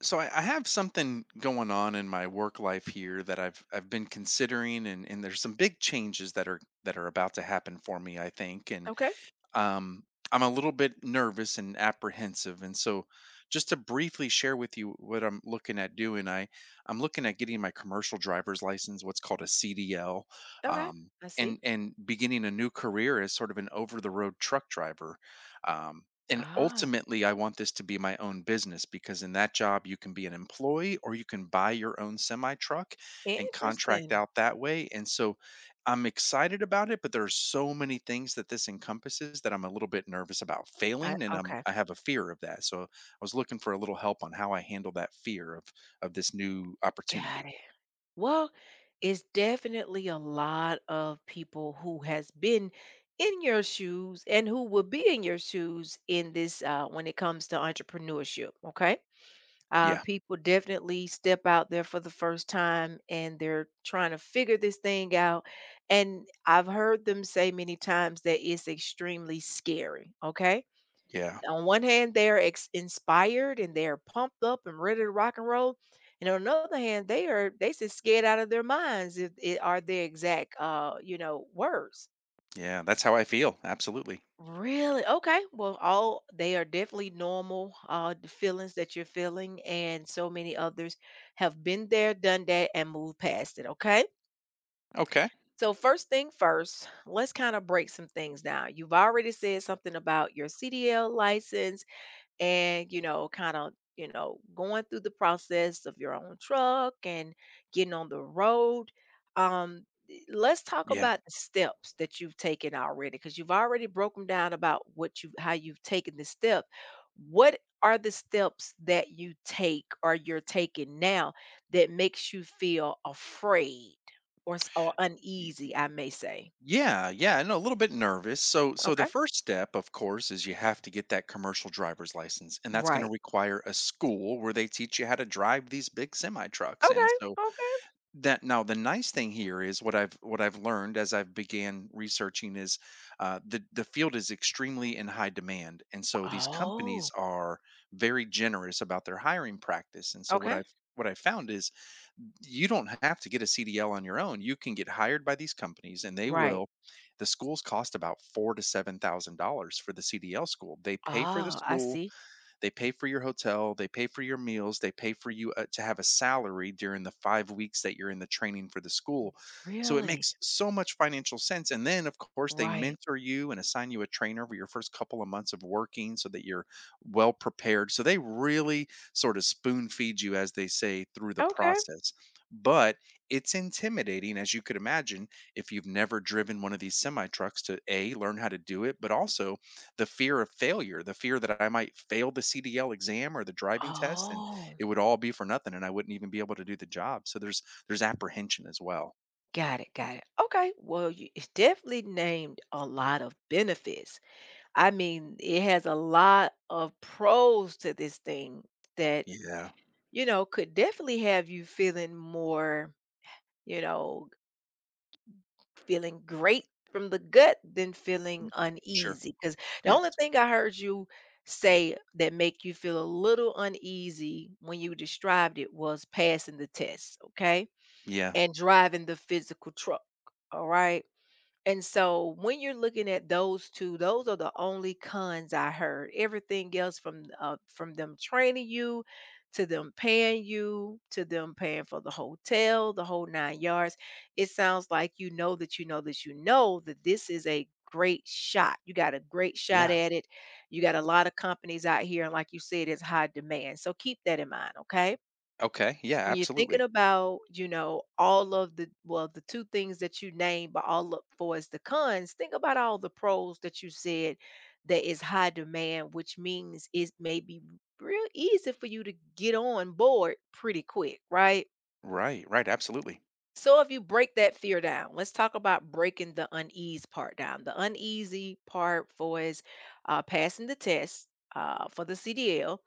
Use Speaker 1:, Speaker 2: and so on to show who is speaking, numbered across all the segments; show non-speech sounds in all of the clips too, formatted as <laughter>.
Speaker 1: So I have something going on in my work life here that I've been considering and there's some big changes that are about to happen for me I think and
Speaker 2: Okay,
Speaker 1: um, I'm a little bit nervous and apprehensive, and so just to briefly share with you what I'm looking at doing, I'm looking at getting my commercial driver's license, what's called a CDL,
Speaker 2: okay,
Speaker 1: um,
Speaker 2: I see.
Speaker 1: and beginning a new career as sort of an over-the-road truck driver. And
Speaker 2: Ah,
Speaker 1: ultimately, I want this to be my own business because in that job, you can be an employee or you can buy your own semi truck and contract
Speaker 2: interesting.
Speaker 1: out that way. And so I'm excited about it, but there are so many things that this encompasses that I'm a little bit nervous about
Speaker 2: I
Speaker 1: failing, and
Speaker 2: okay,
Speaker 1: I have a fear of that. So I was looking for a little help on how I handle that fear of this new
Speaker 2: got
Speaker 1: opportunity.
Speaker 2: it. Well, it's definitely a lot of people who has been in your shoes and who will be in your shoes in this when it comes to entrepreneurship. Okay,
Speaker 1: Yeah,
Speaker 2: people definitely step out there for the first time and they're trying to figure this thing out. And I've heard them say many times that it's extremely scary. Okay,
Speaker 1: yeah,
Speaker 2: on one hand, they're inspired and they're pumped up and ready to rock and roll, and on another hand, they just scared out of their minds. If it are their exact, words.
Speaker 1: yeah. That's how I feel. Absolutely.
Speaker 2: Really? Okay. Well, all they are definitely normal the feelings that you're feeling, and so many others have been there, done that, and moved past it. Okay.
Speaker 1: Okay.
Speaker 2: So first thing first, let's kind of break some things down. You've already said something about your CDL license and kind of going through the process of your own truck and getting on the road. Let's talk
Speaker 1: Yeah.
Speaker 2: about the steps that you've taken already because you've already broken down about what you how you've taken the step. What are the steps that you take or you're taking now that makes you feel afraid or
Speaker 1: Y-
Speaker 2: uneasy, I may say?
Speaker 1: yeah, no, a little bit nervous. So the
Speaker 2: Okay,
Speaker 1: first step, of course, is you have to get that commercial driver's license, and that's going to
Speaker 2: right,
Speaker 1: require a school where they teach you how to drive these big semi trucks. And
Speaker 2: okay,
Speaker 1: so
Speaker 2: okay.
Speaker 1: that now the nice thing here is what I've learned as I've began researching is the field is extremely in high demand, and so these
Speaker 2: Oh,
Speaker 1: companies are very generous about their hiring practice. And so
Speaker 2: okay,
Speaker 1: what I found is you don't have to get a CDL on your own. You can get hired by these companies, and they
Speaker 2: right.
Speaker 1: will. The schools cost about four to seven thousand dollars for the CDL school. They pay for the
Speaker 2: Oh, I
Speaker 1: school,
Speaker 2: see.
Speaker 1: they pay for your hotel, they pay for your meals, they pay for you to have a salary during the 5 weeks that you're in the training for the school. So it
Speaker 2: Really?
Speaker 1: makes so much financial sense, and then of course they
Speaker 2: Right.
Speaker 1: mentor you and assign you a trainer over your first couple of months of working so that you're well prepared. So they really sort of spoon feed you as they say through the
Speaker 2: Okay.
Speaker 1: process. But it's intimidating as you could imagine if you've never driven one of these semi trucks to a learn how to do it, but also the fear of failure, the fear that I might fail the CDL exam or the driving test, and
Speaker 2: Oh,
Speaker 1: it would all be for nothing, and I wouldn't even be able to do the job. So there's apprehension as well.
Speaker 2: got it, got it. Okay. Well, you, it's definitely named a lot of benefits. I mean, it has a lot of pros to this thing that,
Speaker 1: Yeah.
Speaker 2: could definitely have you feeling more, you know, feeling great from the gut than feeling
Speaker 1: Mm. Sure.
Speaker 2: uneasy. Because the only
Speaker 1: Yes.
Speaker 2: thing I heard you say that make you feel a little uneasy when you described it was passing the test, okay?
Speaker 1: Yeah.
Speaker 2: And driving the physical truck. All right. And so when you're looking at those two, those are the only cons I heard. Everything else from them training you to them paying you to them paying for the hotel, the whole nine yards. It sounds like you know that you know that you know that this is a great shot. You got a great shot
Speaker 1: Yeah.
Speaker 2: at it. You got a lot of companies out here, and like you said, it's high demand. So keep that in mind, okay?
Speaker 1: Okay. Yeah.
Speaker 2: When you're thinking
Speaker 1: Absolutely.
Speaker 2: about, all of the well, the two things that you named, but all up for is the cons, think about all the pros that you said that is high demand, which means it may be real easy for you to get on board pretty quick, right?
Speaker 1: Right. Right. Absolutely.
Speaker 2: So if you break that fear down, let's talk about breaking the unease part down. The uneasy part for is passing the test for the CDL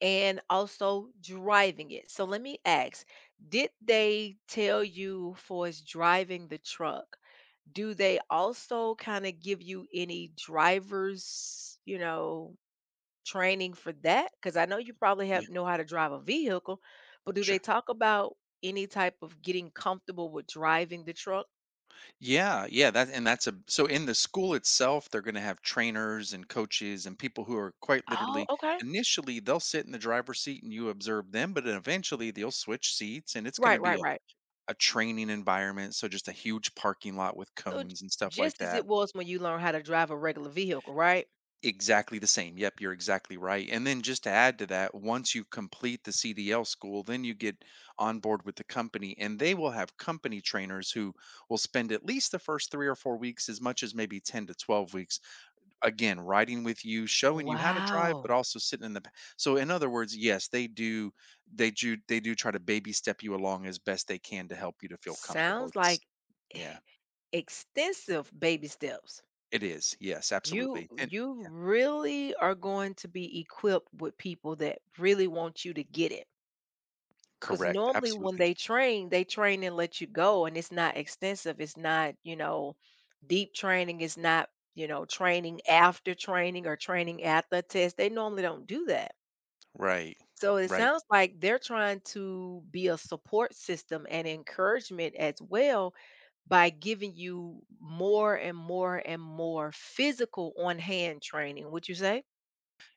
Speaker 2: and also driving it. So let me ask, did they tell you for as driving the truck? Do they also kind of give you any drivers, training for that? Because I know you probably
Speaker 1: Yeah.
Speaker 2: have know how to drive a vehicle, but do they
Speaker 1: Sure.
Speaker 2: talk about any type of getting comfortable with driving the truck?
Speaker 1: Yeah. That and that's a so in the school itself, they're going to have trainers and coaches and people who are quite
Speaker 2: Oh,
Speaker 1: literally
Speaker 2: okay.
Speaker 1: initially they'll sit in the driver's seat and you observe them, but then eventually they'll switch seats and it's going to
Speaker 2: Right, right,
Speaker 1: be
Speaker 2: right.
Speaker 1: a training environment, so just a huge parking lot with
Speaker 2: So j-
Speaker 1: cones and stuff like
Speaker 2: just as
Speaker 1: that.
Speaker 2: it was when you learn how to drive a regular vehicle, right?
Speaker 1: Exactly the same. Yep, you're exactly right. And then just to add to that, once you complete the CDL school, then you get on board with the company and they will have company trainers who will spend at least the first 3 or 4 weeks as much as maybe 10 to 12 weeks again riding with you, showing you how to drive but
Speaker 2: Wow.
Speaker 1: also sitting in the so in other words, yes, they do they do try to baby step you along as best they can to help you to feel comfortable.
Speaker 2: Sounds
Speaker 1: It's
Speaker 2: like
Speaker 1: yeah.
Speaker 2: <sighs> extensive baby steps.
Speaker 1: It is, yes,
Speaker 2: You
Speaker 1: absolutely, and
Speaker 2: you really are going to be equipped with people that really want you to get it. Because
Speaker 1: correct,
Speaker 2: normally when
Speaker 1: absolutely,
Speaker 2: they train and let you go, and it's not extensive. It's not, deep training. It's not, training after training or training at the test. They normally don't do that.
Speaker 1: right,
Speaker 2: So it
Speaker 1: right.
Speaker 2: sounds like they're trying to be a support system and encouragement as well by giving you more and more and more physical on hand training, would you say?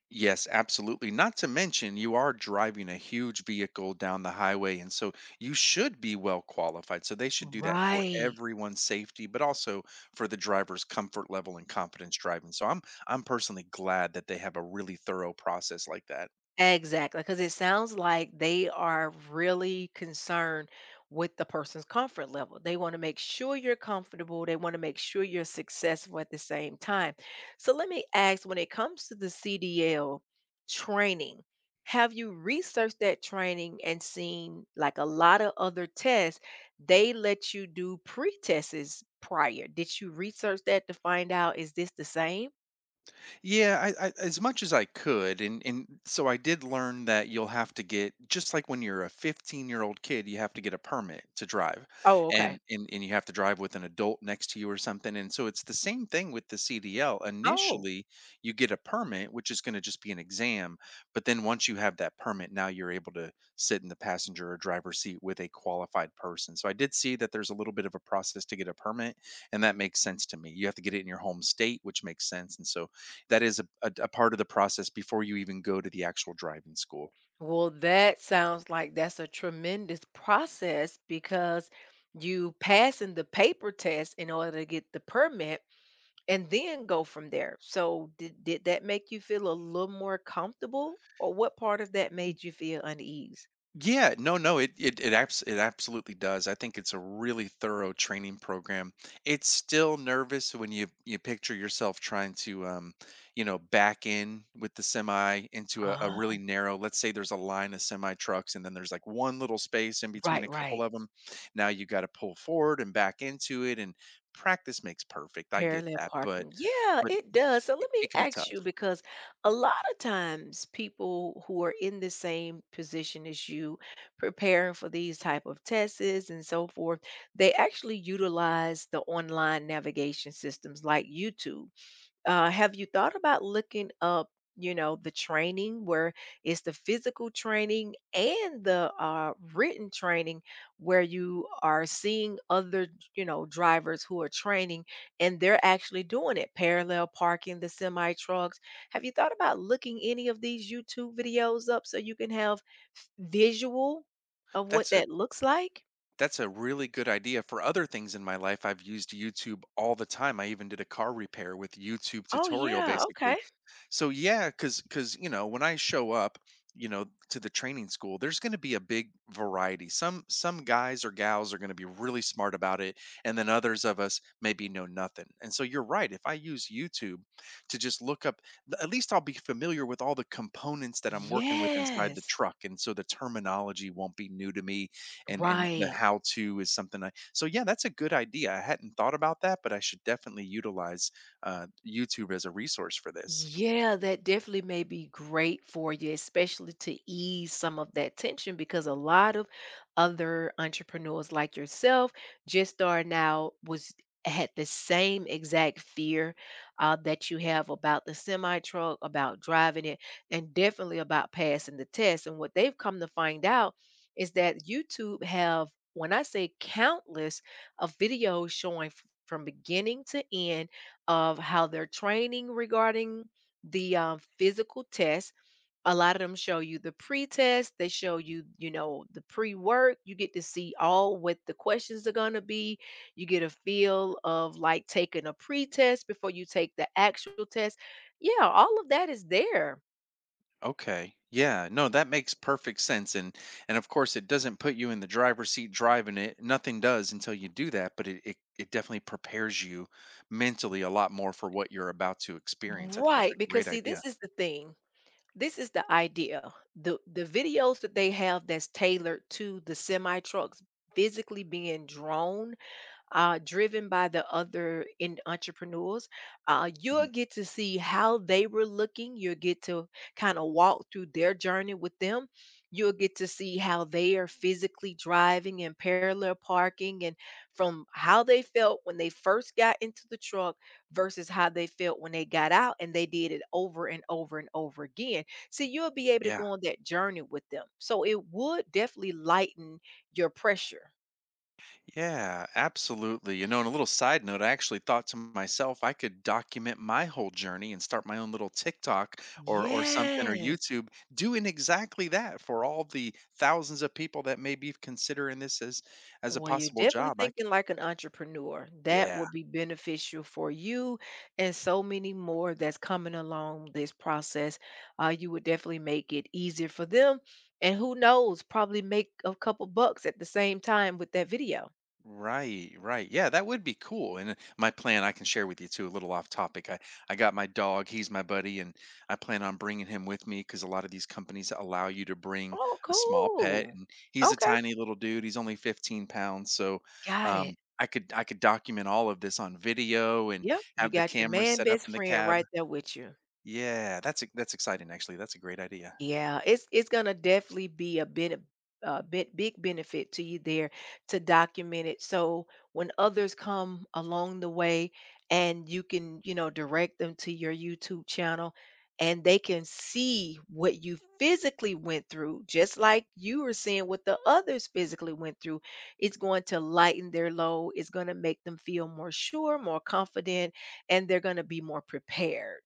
Speaker 1: Yes, absolutely, not to mention you are driving a huge vehicle down the highway, and so you should be well qualified, so they should do that for
Speaker 2: Right.
Speaker 1: everyone's safety, but also for the driver's comfort level and confidence driving, so I'm personally glad that they have a really thorough process like that.
Speaker 2: Exactly, because it sounds like they are really concerned with the person's comfort level. They want to make sure you're comfortable. They want to make sure you're successful at the same time. So let me ask when it comes to the CDL training, have you researched that training and seen like a lot of other tests, they let you do pre-tests prior. Did you research that to find out is this the same?
Speaker 1: Yeah, I as much as I could, and so I did learn that you'll have to get just like when you're a 15-year-old kid, you have to get a permit to drive,
Speaker 2: Oh, okay.
Speaker 1: and you have to drive with an adult next to you or something. And so it's the same thing with the CDL. Initially, you get a permit, which is going to just be an exam, but then once you have that permit, now you're able to sit in the passenger or driver seat with a qualified person. So I did see that there's a little bit of a process to get a permit, and that makes sense to me. You have to get it in your home state, which makes sense, and so that is a part of the process before you even go to the actual driving school.
Speaker 2: Well, that sounds like that's a tremendous process because you passing the paper test in order to get the permit and then go from there. So did that make you feel a little more comfortable or what part of that made you feel unease?
Speaker 1: Yeah, no, no, it it absolutely does. I think it's a really thorough training program. It's still nervous when you picture yourself trying to back in with the semi into a
Speaker 2: Ah,
Speaker 1: really narrow, let's say there's a line of semi trucks and then there's like one little space in between
Speaker 2: right,
Speaker 1: a couple
Speaker 2: right.
Speaker 1: of them. Now you got to pull forward and back into it, and practice makes perfect. I get
Speaker 2: Parallel
Speaker 1: that, but
Speaker 2: parking. Yeah,
Speaker 1: but
Speaker 2: it does. So
Speaker 1: it
Speaker 2: let me
Speaker 1: it can be
Speaker 2: ask
Speaker 1: tough.
Speaker 2: you because a lot of times people who are in the same position as you preparing for these type of tests and so forth, they actually utilize the online navigation systems like YouTube. Have you thought about looking up, the training where it's the physical training and the written training where you are seeing other, drivers who are training and they're actually doing it, parallel parking the semi trucks. Have you thought about looking any of these YouTube videos up so you can have visual of what
Speaker 1: That's a
Speaker 2: that looks like?
Speaker 1: That's a really good idea. For other things in my life, I've used YouTube all the time. I even did a car repair with YouTube
Speaker 2: Oh,
Speaker 1: tutorial
Speaker 2: yeah. Okay.
Speaker 1: basically. So yeah, cuz you know, when I show up, you know, to the training school, there's going to be a big variety. Some guys or gals are going to be really smart about it, and then others of us maybe know nothing. And so you're right, if I use YouTube to just look up at least I'll be familiar with all the components that I'm working with inside the
Speaker 2: Yes.
Speaker 1: truck, and so the terminology won't be new to me and the
Speaker 2: Right.
Speaker 1: how to is something I so yeah, that's a good idea. I hadn't thought about that, but I should definitely utilize YouTube as a resource for this.
Speaker 2: Yeah, that definitely may be great for you, especially to ease some of that tension because a lot of other entrepreneurs like yourself just starting out was had the same exact fear that you have about the semi truck, about driving it, and definitely about passing the test. And what they've come to find out is that YouTube have, when I say countless of videos showing from beginning to end of how they're training regarding the physical test. A lot of them show you the pre-test. They show you, the pre-work. You get to see all what the questions are going to be. You get a feel of like taking a pre-test before you take the actual test. Yeah, all of that is there.
Speaker 1: Okay. Yeah. No, that makes perfect sense. And of course it doesn't put you in the driver's seat driving it. Nothing does until you do that, but it definitely prepares you mentally a lot more for what you're about to experience. I think that's
Speaker 2: Right,
Speaker 1: a
Speaker 2: because
Speaker 1: great
Speaker 2: see,
Speaker 1: idea.
Speaker 2: this is the thing. This is the idea. The videos that they have that's tailored to the semi trucks physically being drawn driven by the other in entrepreneurs. You'll
Speaker 1: Mhm.
Speaker 2: get to see how they were looking. You'll get to kind of walk through their journey with them. You'll get to see how they are physically driving and parallel parking and from how they felt when they first got into the truck versus how they felt when they got out and they did it over and over and over again. So you'll be able to
Speaker 1: Yeah.
Speaker 2: go on that journey with them. So it would definitely lighten your pressure.
Speaker 1: Yeah, absolutely. You know, and a little side note, I actually thought to myself I could document my whole journey and start my own little TikTok or something or
Speaker 2: Yes.
Speaker 1: YouTube doing exactly that for all the thousands of people that may be considering this as a
Speaker 2: Well, you're
Speaker 1: possible
Speaker 2: definitely
Speaker 1: job. I
Speaker 2: thinking
Speaker 1: could
Speaker 2: like an entrepreneur. That
Speaker 1: yeah.
Speaker 2: would be beneficial for you and so many more that's coming along this process. You would definitely make it easier for them. And who knows, probably make a couple bucks at the same time with that video.
Speaker 1: Right, right. Yeah, that would be cool. And my plan, I can share with you too, a little off topic. I got my dog, he's my buddy, and I plan on bringing him with me because a lot of these companies allow you to bring
Speaker 2: Oh,
Speaker 1: a small pet.
Speaker 2: cool.
Speaker 1: And he's a
Speaker 2: Okay.
Speaker 1: tiny little dude. He's only 15 pounds. So
Speaker 2: Got
Speaker 1: um,
Speaker 2: it.
Speaker 1: I could document all of this on video and
Speaker 2: Yep. You
Speaker 1: have the
Speaker 2: got your
Speaker 1: camera
Speaker 2: man
Speaker 1: set up
Speaker 2: best
Speaker 1: in the
Speaker 2: friend
Speaker 1: cab.
Speaker 2: right there with you.
Speaker 1: Yeah, that's exciting actually. That's a great idea.
Speaker 2: Yeah, it's gonna definitely be a bit big benefit to you there to document it. So when others come along the way and you can, direct them to your YouTube channel and they can see what you physically went through, just like you were seeing what the others physically went through. It's going to lighten their load. It's going to make them feel more sure, more confident, and they're going to be more prepared.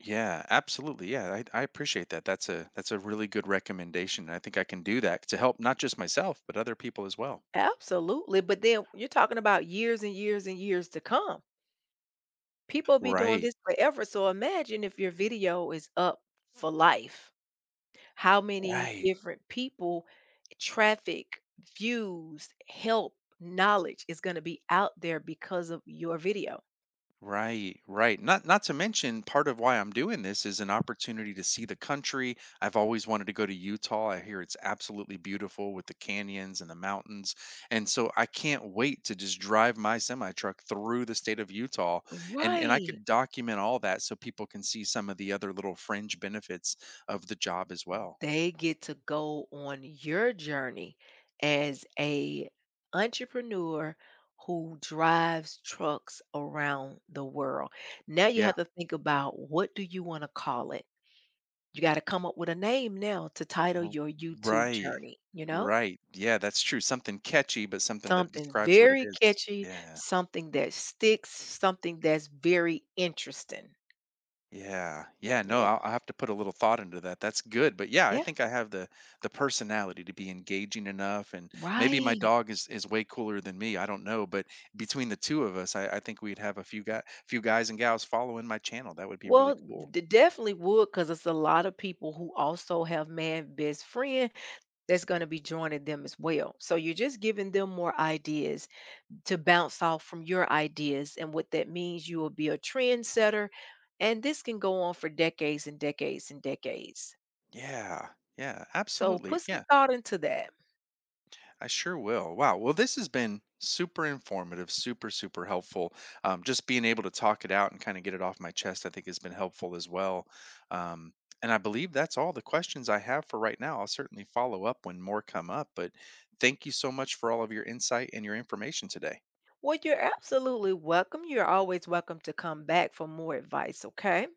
Speaker 1: Yeah, absolutely. Yeah, I appreciate that. That's a really good recommendation, and I think I can do that to help not just myself but other people as well.
Speaker 2: Absolutely, but then you're talking about years and years and years to come. People be doing
Speaker 1: Right.
Speaker 2: this forever, so imagine if your video is up for life. How many
Speaker 1: Right.
Speaker 2: different people, traffic, views, help, knowledge is going to be out there because of your video?
Speaker 1: Right, right. Not to mention part of why I'm doing this is an opportunity to see the country. I've always wanted to go to Utah. I hear it's absolutely beautiful with the canyons and the mountains. And so I can't wait to just drive my semi truck through the state of Utah and I
Speaker 2: Right.
Speaker 1: could document all that so people can see some of the other little fringe benefits of the job as well.
Speaker 2: They get to go on your journey as a entrepreneur who drives trucks around the world. Now you
Speaker 1: Yeah.
Speaker 2: have to think about what do you want to call it? You got to come up with a name now to title
Speaker 1: r-
Speaker 2: your YouTube
Speaker 1: Right.
Speaker 2: journey, you know?
Speaker 1: Right. Yeah, that's true. Something catchy but something that
Speaker 2: Something
Speaker 1: describes what it
Speaker 2: very
Speaker 1: is.
Speaker 2: catchy,
Speaker 1: Yeah.
Speaker 2: something that sticks, something that's very interesting.
Speaker 1: Yeah, yeah, no,
Speaker 2: Yeah.
Speaker 1: I'll have to put a little thought into that. That's good, but yeah, I
Speaker 2: Yeah.
Speaker 1: think I have the personality to be engaging enough, and maybe my
Speaker 2: Right.
Speaker 1: dog is way cooler than me. I don't know, but between the two of us, I think we'd have few guys and gals following my channel. That would be
Speaker 2: Well,
Speaker 1: really cool.
Speaker 2: d definitely cause it's a lot of people who also have man best friend that's gonna be joining them as well. So you're just giving them more ideas to bounce off from your ideas, and what that means, you will be a trendsetter, and this can go on for decades and decades and decades.
Speaker 1: Yeah, yeah,
Speaker 2: So
Speaker 1: absolutely.
Speaker 2: put some
Speaker 1: Yeah.
Speaker 2: thought into that.
Speaker 1: I sure will. Wow. Well, this has been super informative, super, super helpful. Just being able to talk it out and kind of get it off my chest, I think, has been helpful as well. Um, and I believe that's all the questions I have for right now. I'll certainly follow up when more come up. But thank you so much for all of your insight and your information today.
Speaker 2: Well, you're absolutely welcome. You're always welcome to come back for more advice, okay?